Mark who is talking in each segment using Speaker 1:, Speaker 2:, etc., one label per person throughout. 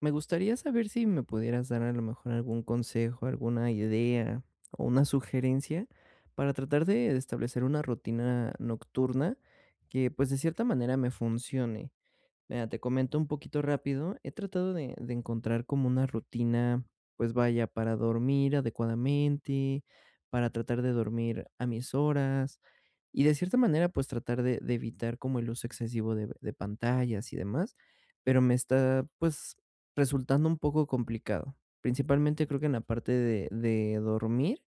Speaker 1: Me gustaría saber si me pudieras dar a lo mejor algún consejo, alguna idea o una sugerencia para tratar de establecer una rutina nocturna que pues de cierta manera me funcione. Mira, te comento un poquito rápido. He tratado de encontrar como una rutina, pues vaya, para dormir adecuadamente, para tratar de dormir a mis horas y de cierta manera, pues tratar de evitar como el uso excesivo de pantallas y demás, pero me está pues resultando un poco complicado. Principalmente creo que en la parte de dormir,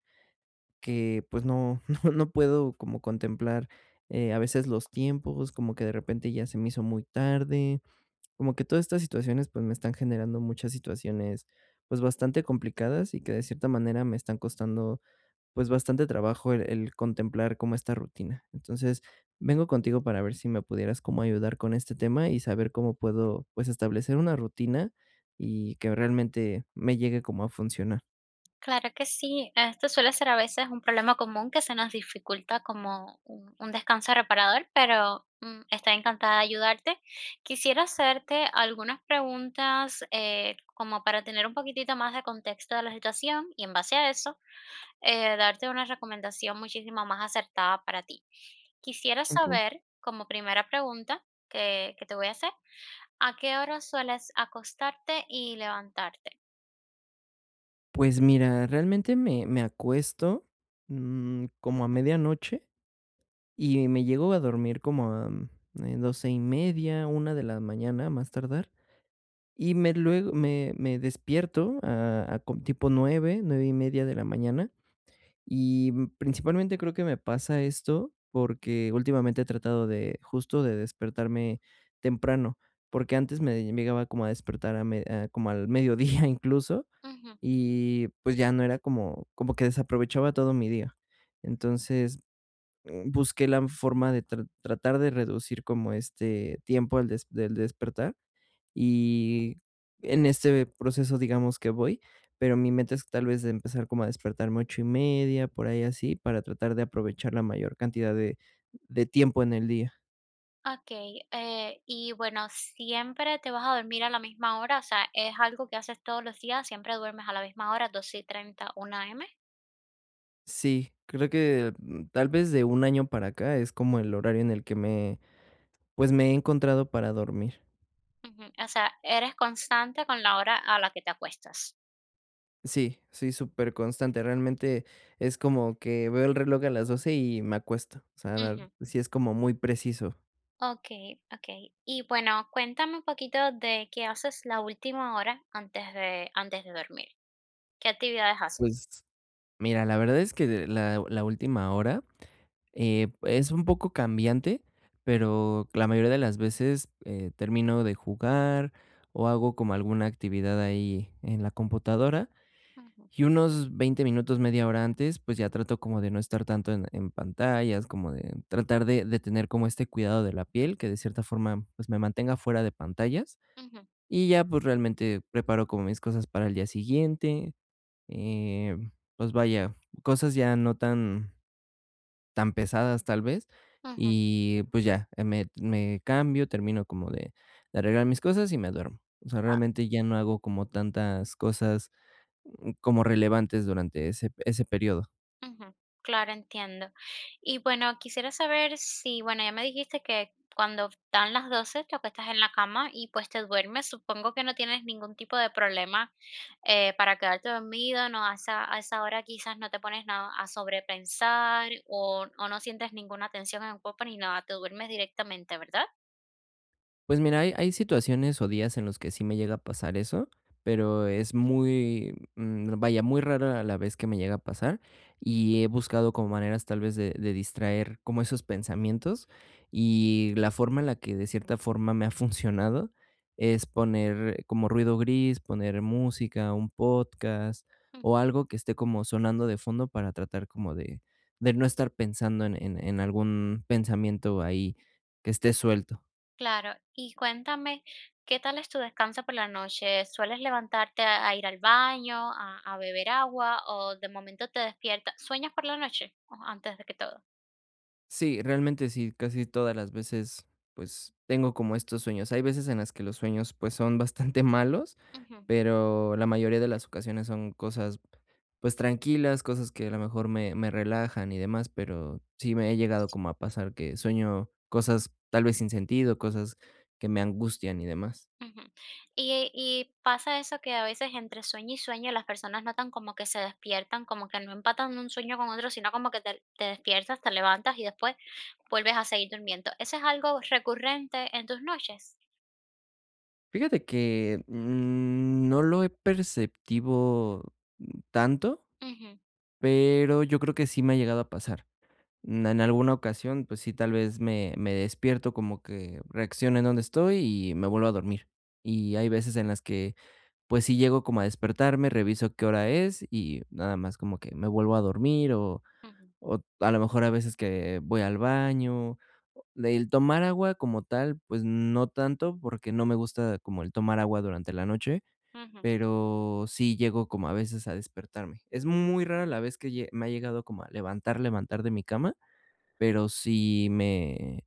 Speaker 1: que pues no, no puedo como contemplar a veces los tiempos, como que de repente ya se me hizo muy tarde, como que todas estas situaciones, pues, me están generando muchas situaciones, pues, bastante complicadas y que de cierta manera me están costando, pues, bastante trabajo el contemplar como esta rutina. Entonces, vengo contigo para ver si me pudieras como ayudar con este tema y saber cómo puedo, pues, establecer una rutina y que realmente me llegue como a funcionar.
Speaker 2: Claro que sí, esto suele ser a veces un problema común que se nos dificulta como un descanso reparador, pero estoy encantada de ayudarte. Quisiera hacerte algunas preguntas como para tener un poquitito más de contexto de la situación y en base a eso darte una recomendación muchísimo más acertada para ti. Quisiera
Speaker 1: Okey.
Speaker 2: saber, como primera pregunta que te voy a hacer, ¿a qué hora sueles acostarte y levantarte?
Speaker 1: Pues mira, realmente me acuesto, como a medianoche. Y me llego a dormir como a, doce y media, una de la mañana, más tardar, y me luego me despierto a com tipo 9, 9:30 de la mañana, y, principalmente creo que me pasa esto porque últimamente he tratado de, justo, de despertarme temprano, porque antes me llegaba como a despertar a me a como al mediodía incluso, y, pues, ya no era como que desaprovechaba todo mi día. Entonces, busqué la forma de tratar de reducir como este tiempo al des del despertar, y en este proceso, digamos que voy, pero mi meta es tal vez de empezar como a despertarme 8:30 por ahí así, para tratar de aprovechar la mayor cantidad de tiempo en el día.
Speaker 2: Okey, y bueno, ¿siempre te vas a dormir a la misma hora? O sea, ¿es algo que haces todos los días? ¿Siempre duermes a la misma hora, 12:30, 1:00 AM?
Speaker 1: Sí, creo que, tal vez de un año para acá es como el horario en el que me, pues, me he encontrado para dormir.
Speaker 2: Ujú, o sea, eres constante con la hora a la que te acuestas.
Speaker 1: Sí, sí, súper constante. Realmente es como que veo el reloj a las 12 y me acuesto. O sea,
Speaker 2: Ujú.
Speaker 1: sí es como muy preciso.
Speaker 2: Okey, okey. Y bueno, cuéntame un poquito de qué haces la última hora antes de dormir. ¿Qué actividades haces?
Speaker 1: Pues mira, la verdad es que de la última hora, es un poco cambiante, pero la mayoría de las veces, termino de jugar o hago como alguna actividad ahí en la computadora.
Speaker 2: Ujú,
Speaker 1: Y unos 20 minutos, media hora antes, pues ya trato como de no estar tanto en pantallas, como de tratar de tener como este cuidado de la piel, que de cierta forma, pues, me mantenga fuera de pantallas.
Speaker 2: ujú,
Speaker 1: Y ya, pues, realmente preparo como mis cosas para el día siguiente, eh, pues vaya, cosas ya no tan pesadas, tal vez,
Speaker 2: ujú.
Speaker 1: y pues ya, me cambio, termino como de arreglar mis cosas y me duermo. O sea, realmente ya no hago como tantas cosas, como relevantes durante ese período.
Speaker 2: Ujú. Claro, entiendo. Y bueno, quisiera saber si, bueno, ya me dijiste que cuando dan las 12 te acuestas en la cama y pues te duermes. Supongo que no tienes ningún tipo de problema para quedarte dormido, ¿no? A esa hora quizás no te pones nada a sobrepensar o no sientes ninguna tensión en el cuerpo ni nada, te duermes directamente, ¿verdad?
Speaker 1: Pues mira, hay situaciones o días en los que sí me llega a pasar eso, pero es muy, vaya, muy rara a la vez que me llega a pasar, y he buscado como maneras tal vez de distraer como esos pensamientos, y la forma en la que de cierta forma me ha funcionado es poner como ruido gris, poner música, un podcast o algo que esté como sonando de fondo para tratar como de no estar pensando en algún pensamiento ahí que esté suelto.
Speaker 2: Claro, y cuéntame, ¿qué tal es tu descanso por la noche? ¿Sueles levantarte a ir al baño, a beber agua o de momento te despiertas? ¿Sueñas por la noche o antes de que todo?
Speaker 1: Sí, realmente sí, casi todas las veces, pues, tengo como estos sueños. Hay veces en las que los sueños, pues, son bastante malos,
Speaker 2: Ujú,
Speaker 1: pero la mayoría de las ocasiones son cosas, pues, tranquilas, cosas que a lo mejor me relajan y demás, pero sí me he llegado como a pasar que sueño cosas tal vez sin sentido, cosas que me angustian y demás.
Speaker 2: ujú. Y pasa eso que a veces entre sueño y sueño las personas notan como que se despiertan, como que no empatan un sueño con otro, sino como que te despiertas, te levantas y después vuelves a seguir durmiendo. ¿Eso es algo recurrente en tus noches?
Speaker 1: Fíjate que, no lo he perceptivo tanto,
Speaker 2: Ujú,
Speaker 1: pero yo creo que sí me ha llegado a pasar. En alguna ocasión, pues sí, tal vez me despierto como que reacciono en donde estoy y me vuelvo a dormir. Y hay veces en las que, pues sí llego como a despertarme, reviso qué hora es y nada más como que me vuelvo a dormir,
Speaker 2: ujú,
Speaker 1: o a lo mejor a veces que voy al baño. El tomar agua como tal, pues no tanto porque no me gusta como el tomar agua durante la noche,
Speaker 2: ujú.
Speaker 1: pero sí llego como a veces a despertarme. Es muy rara la vez que me ha llegado como a levantar, levantar de mi cama, pero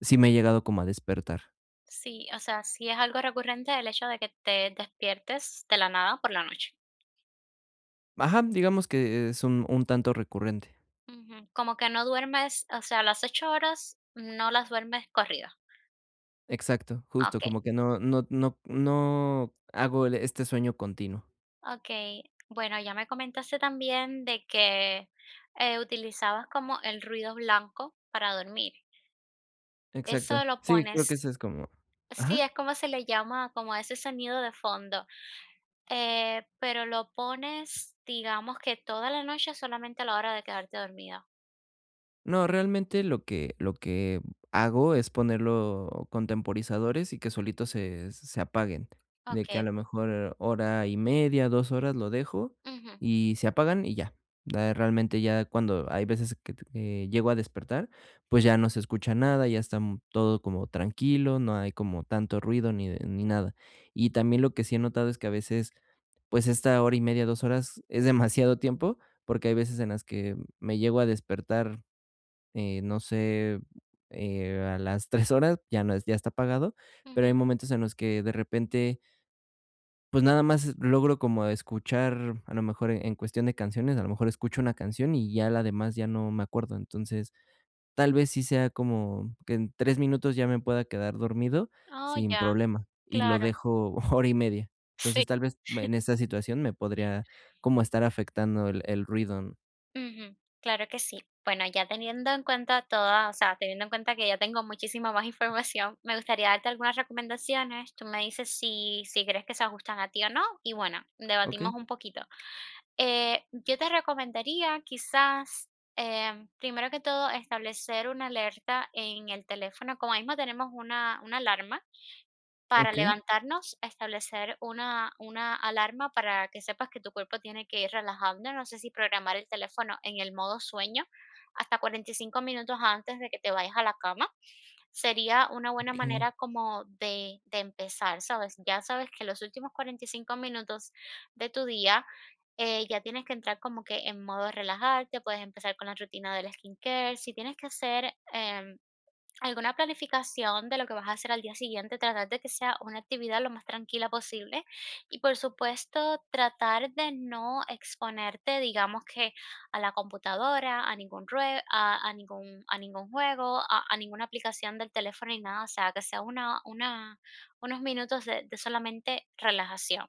Speaker 1: sí me he llegado como a despertar.
Speaker 2: Sí, o sea, sí es algo recurrente el hecho de que te despiertes de la nada por la noche.
Speaker 1: Ajá, digamos que es un tanto recurrente.
Speaker 2: Ujú. Como que no duermes, o sea, las 8 horas no las duermes corridas.
Speaker 1: Exacto, justo,
Speaker 2: Ok,
Speaker 1: como que no hago el este sueño continuo.
Speaker 2: ok. Bueno, ya me comentaste también de que utilizabas como el ruido blanco para dormir. Eso
Speaker 1: Exacto.
Speaker 2: lo
Speaker 1: Sí, creo que
Speaker 2: pones,
Speaker 1: ese es como,
Speaker 2: sí,
Speaker 1: ajá.
Speaker 2: es como se le llama, como ese sonido de fondo. Pero lo pones, digamos que toda la noche solamente a la hora de quedarte dormida.
Speaker 1: No, realmente lo que hago es ponerlo con temporizadores y que solitos se apaguen, de
Speaker 2: Ok.
Speaker 1: que a lo mejor hora y media, 2 horas lo dejo
Speaker 2: Ujú.
Speaker 1: y se apagan y ya. Ya realmente ya cuando hay veces que llego a despertar, pues ya no se escucha nada, ya está todo como tranquilo, no hay como tanto ruido ni nada. Y también lo que sí he notado es que a veces, pues esta hora y media, 2 horas es demasiado tiempo, porque hay veces en las que me llego a despertar, no sé, a las 3 horas ya no, es ya está apagado, pero
Speaker 2: Ujú.
Speaker 1: hay momentos en los que de repente, pues, nada más logro como escuchar, a lo mejor en cuestión de canciones, a lo mejor escucho una canción y ya la demás ya no me acuerdo. Entonces, tal vez sí sea como que en 3 minutos ya me pueda quedar dormido
Speaker 2: Oh,
Speaker 1: sin
Speaker 2: ya,
Speaker 1: problema, y lo
Speaker 2: claro,
Speaker 1: dejo hora y media.
Speaker 2: sí.
Speaker 1: Entonces, tal vez en esta situación me podría como estar afectando el ruido.
Speaker 2: Ujú, claro que sí. Bueno, ya teniendo en cuenta toda, o sea, teniendo en cuenta que ya tengo muchísima más información, me gustaría darte algunas recomendaciones. Tú me dices si, si crees que se ajustan a ti o no, y bueno,
Speaker 1: Okey,
Speaker 2: debatimos un poquito. Yo te recomendaría quizás, primero que todo, establecer una alerta en el teléfono. Como mismo tenemos una alarma, para
Speaker 1: okey,
Speaker 2: levantarnos, establecer una alarma para que sepas que tu cuerpo tiene que ir relajando. No sé si programar el teléfono en el modo sueño hasta 45 minutos antes de que te vayas a la cama. Sería una buena
Speaker 1: okey,
Speaker 2: manera como de empezar, ¿sabes? Ya sabes que los últimos 45 minutos de tu día, ya tienes que entrar como que en modo relajarte, puedes empezar con la rutina del skincare. Si tienes que hacer, alguna planificación de lo que vas a hacer al día siguiente, tratar de que sea una actividad lo más tranquila posible y por supuesto tratar de no exponerte, digamos que a la computadora, a ningún juego, a ninguna aplicación del teléfono ni nada, o sea, que sea una unos minutos de solamente relajación.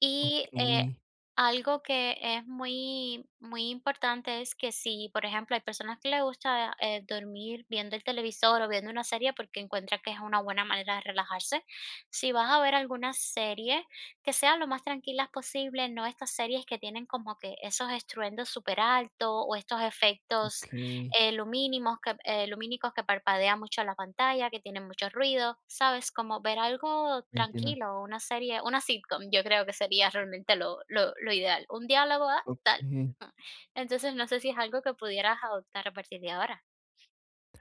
Speaker 2: Y,
Speaker 1: okey,
Speaker 2: algo que es muy, muy importante es que si, por ejemplo, hay personas que les gusta, dormir viendo el televisor o viendo una serie porque encuentran que es una buena manera de relajarse, si vas a ver alguna serie, que sea lo más tranquilas posible, no estas series que tienen como que esos estruendos súper altos o estos efectos
Speaker 1: okey.
Speaker 2: lumínicos que parpadean mucho la pantalla, que tienen mucho ruido, ¿sabes? Como ver algo
Speaker 1: Entiendo.
Speaker 2: tranquilo, una serie, una sitcom, yo creo que sería realmente lo ideal. Un diálogo ah, tal.
Speaker 1: Okey.
Speaker 2: Entonces, no sé si es algo que pudieras adoptar a partir de ahora.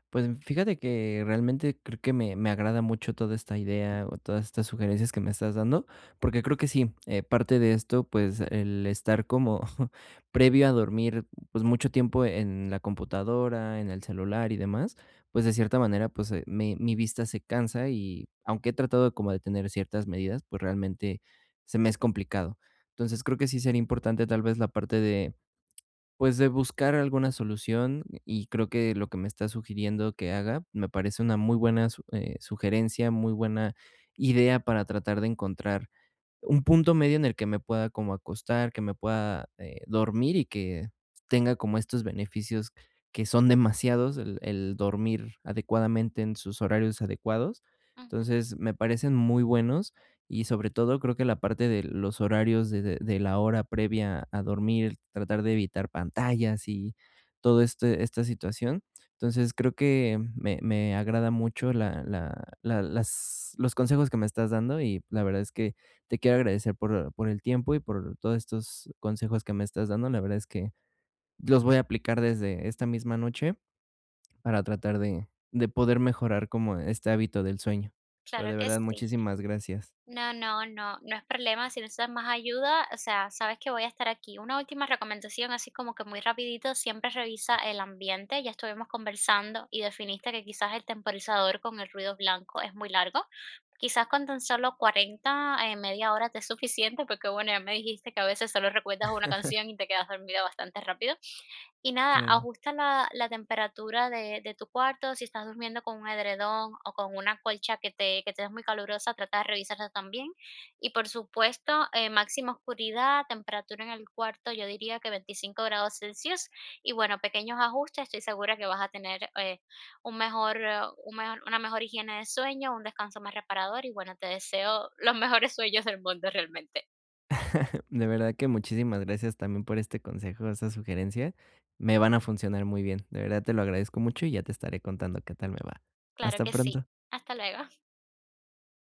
Speaker 1: Pues, fíjate que realmente creo que me agrada mucho toda esta idea o todas estas sugerencias que me estás dando, porque creo que sí, parte de esto, pues, el estar como previo a dormir, pues, mucho tiempo en la computadora, en el celular y demás, pues, de cierta manera, pues, mi vista se cansa y aunque he tratado de como de tener ciertas medidas, pues, realmente se me es complicado. Entonces, creo que sí sería importante tal vez la parte de, pues, de buscar alguna solución y creo que lo que me estás sugiriendo que haga me parece una muy buena su sugerencia, muy buena idea para tratar de encontrar un punto medio en el que me pueda como acostar, que me pueda, dormir y que tenga como estos beneficios que son demasiados, el dormir adecuadamente en sus horarios adecuados.
Speaker 2: Ujú.
Speaker 1: Entonces, me parecen muy buenos y, sobre todo, creo que la parte de los horarios de la hora previa a dormir, tratar de evitar pantallas y toda esta situación. Entonces, creo que me agrada mucho la la la las los consejos que me estás dando y la verdad es que te quiero agradecer por el tiempo y por todos estos consejos que me estás dando. La verdad es que los voy a aplicar desde esta misma noche para tratar de poder mejorar como este hábito del sueño. Pero
Speaker 2: Claro
Speaker 1: de
Speaker 2: que
Speaker 1: verdad,
Speaker 2: sí.
Speaker 1: muchísimas gracias.
Speaker 2: No, no, no, no es problema. Si necesitas más ayuda, o sea, sabes que voy a estar aquí. Una última recomendación, así como que muy rapidito, siempre revisa el ambiente. Ya estuvimos conversando y definiste que quizás el temporizador con el ruido blanco es muy largo. Quizás con tan solo 40 media hora te es suficiente, porque bueno, ya me dijiste que a veces solo recuerdas una canción y te quedas dormida bastante rápido. Y nada,
Speaker 1: Claro.
Speaker 2: ajusta la temperatura de tu cuarto, si estás durmiendo con un edredón o con una colcha que te es muy calurosa, trata de revisarla también. Y por supuesto, máxima oscuridad, temperatura en el cuarto, yo diría que 25 grados Celsius. Y bueno, pequeños ajustes, estoy segura que vas a tener, un mejor una mejor higiene de sueño, un descanso más reparador y bueno, te deseo los mejores sueños del mundo realmente.
Speaker 1: De verdad que muchísimas gracias también por este consejo, esta sugerencia. Me van a funcionar muy bien. De verdad te lo agradezco mucho y ya te estaré contando qué tal me va.
Speaker 2: Claro
Speaker 1: Hasta
Speaker 2: que sí.
Speaker 1: pronto.
Speaker 2: Hasta luego.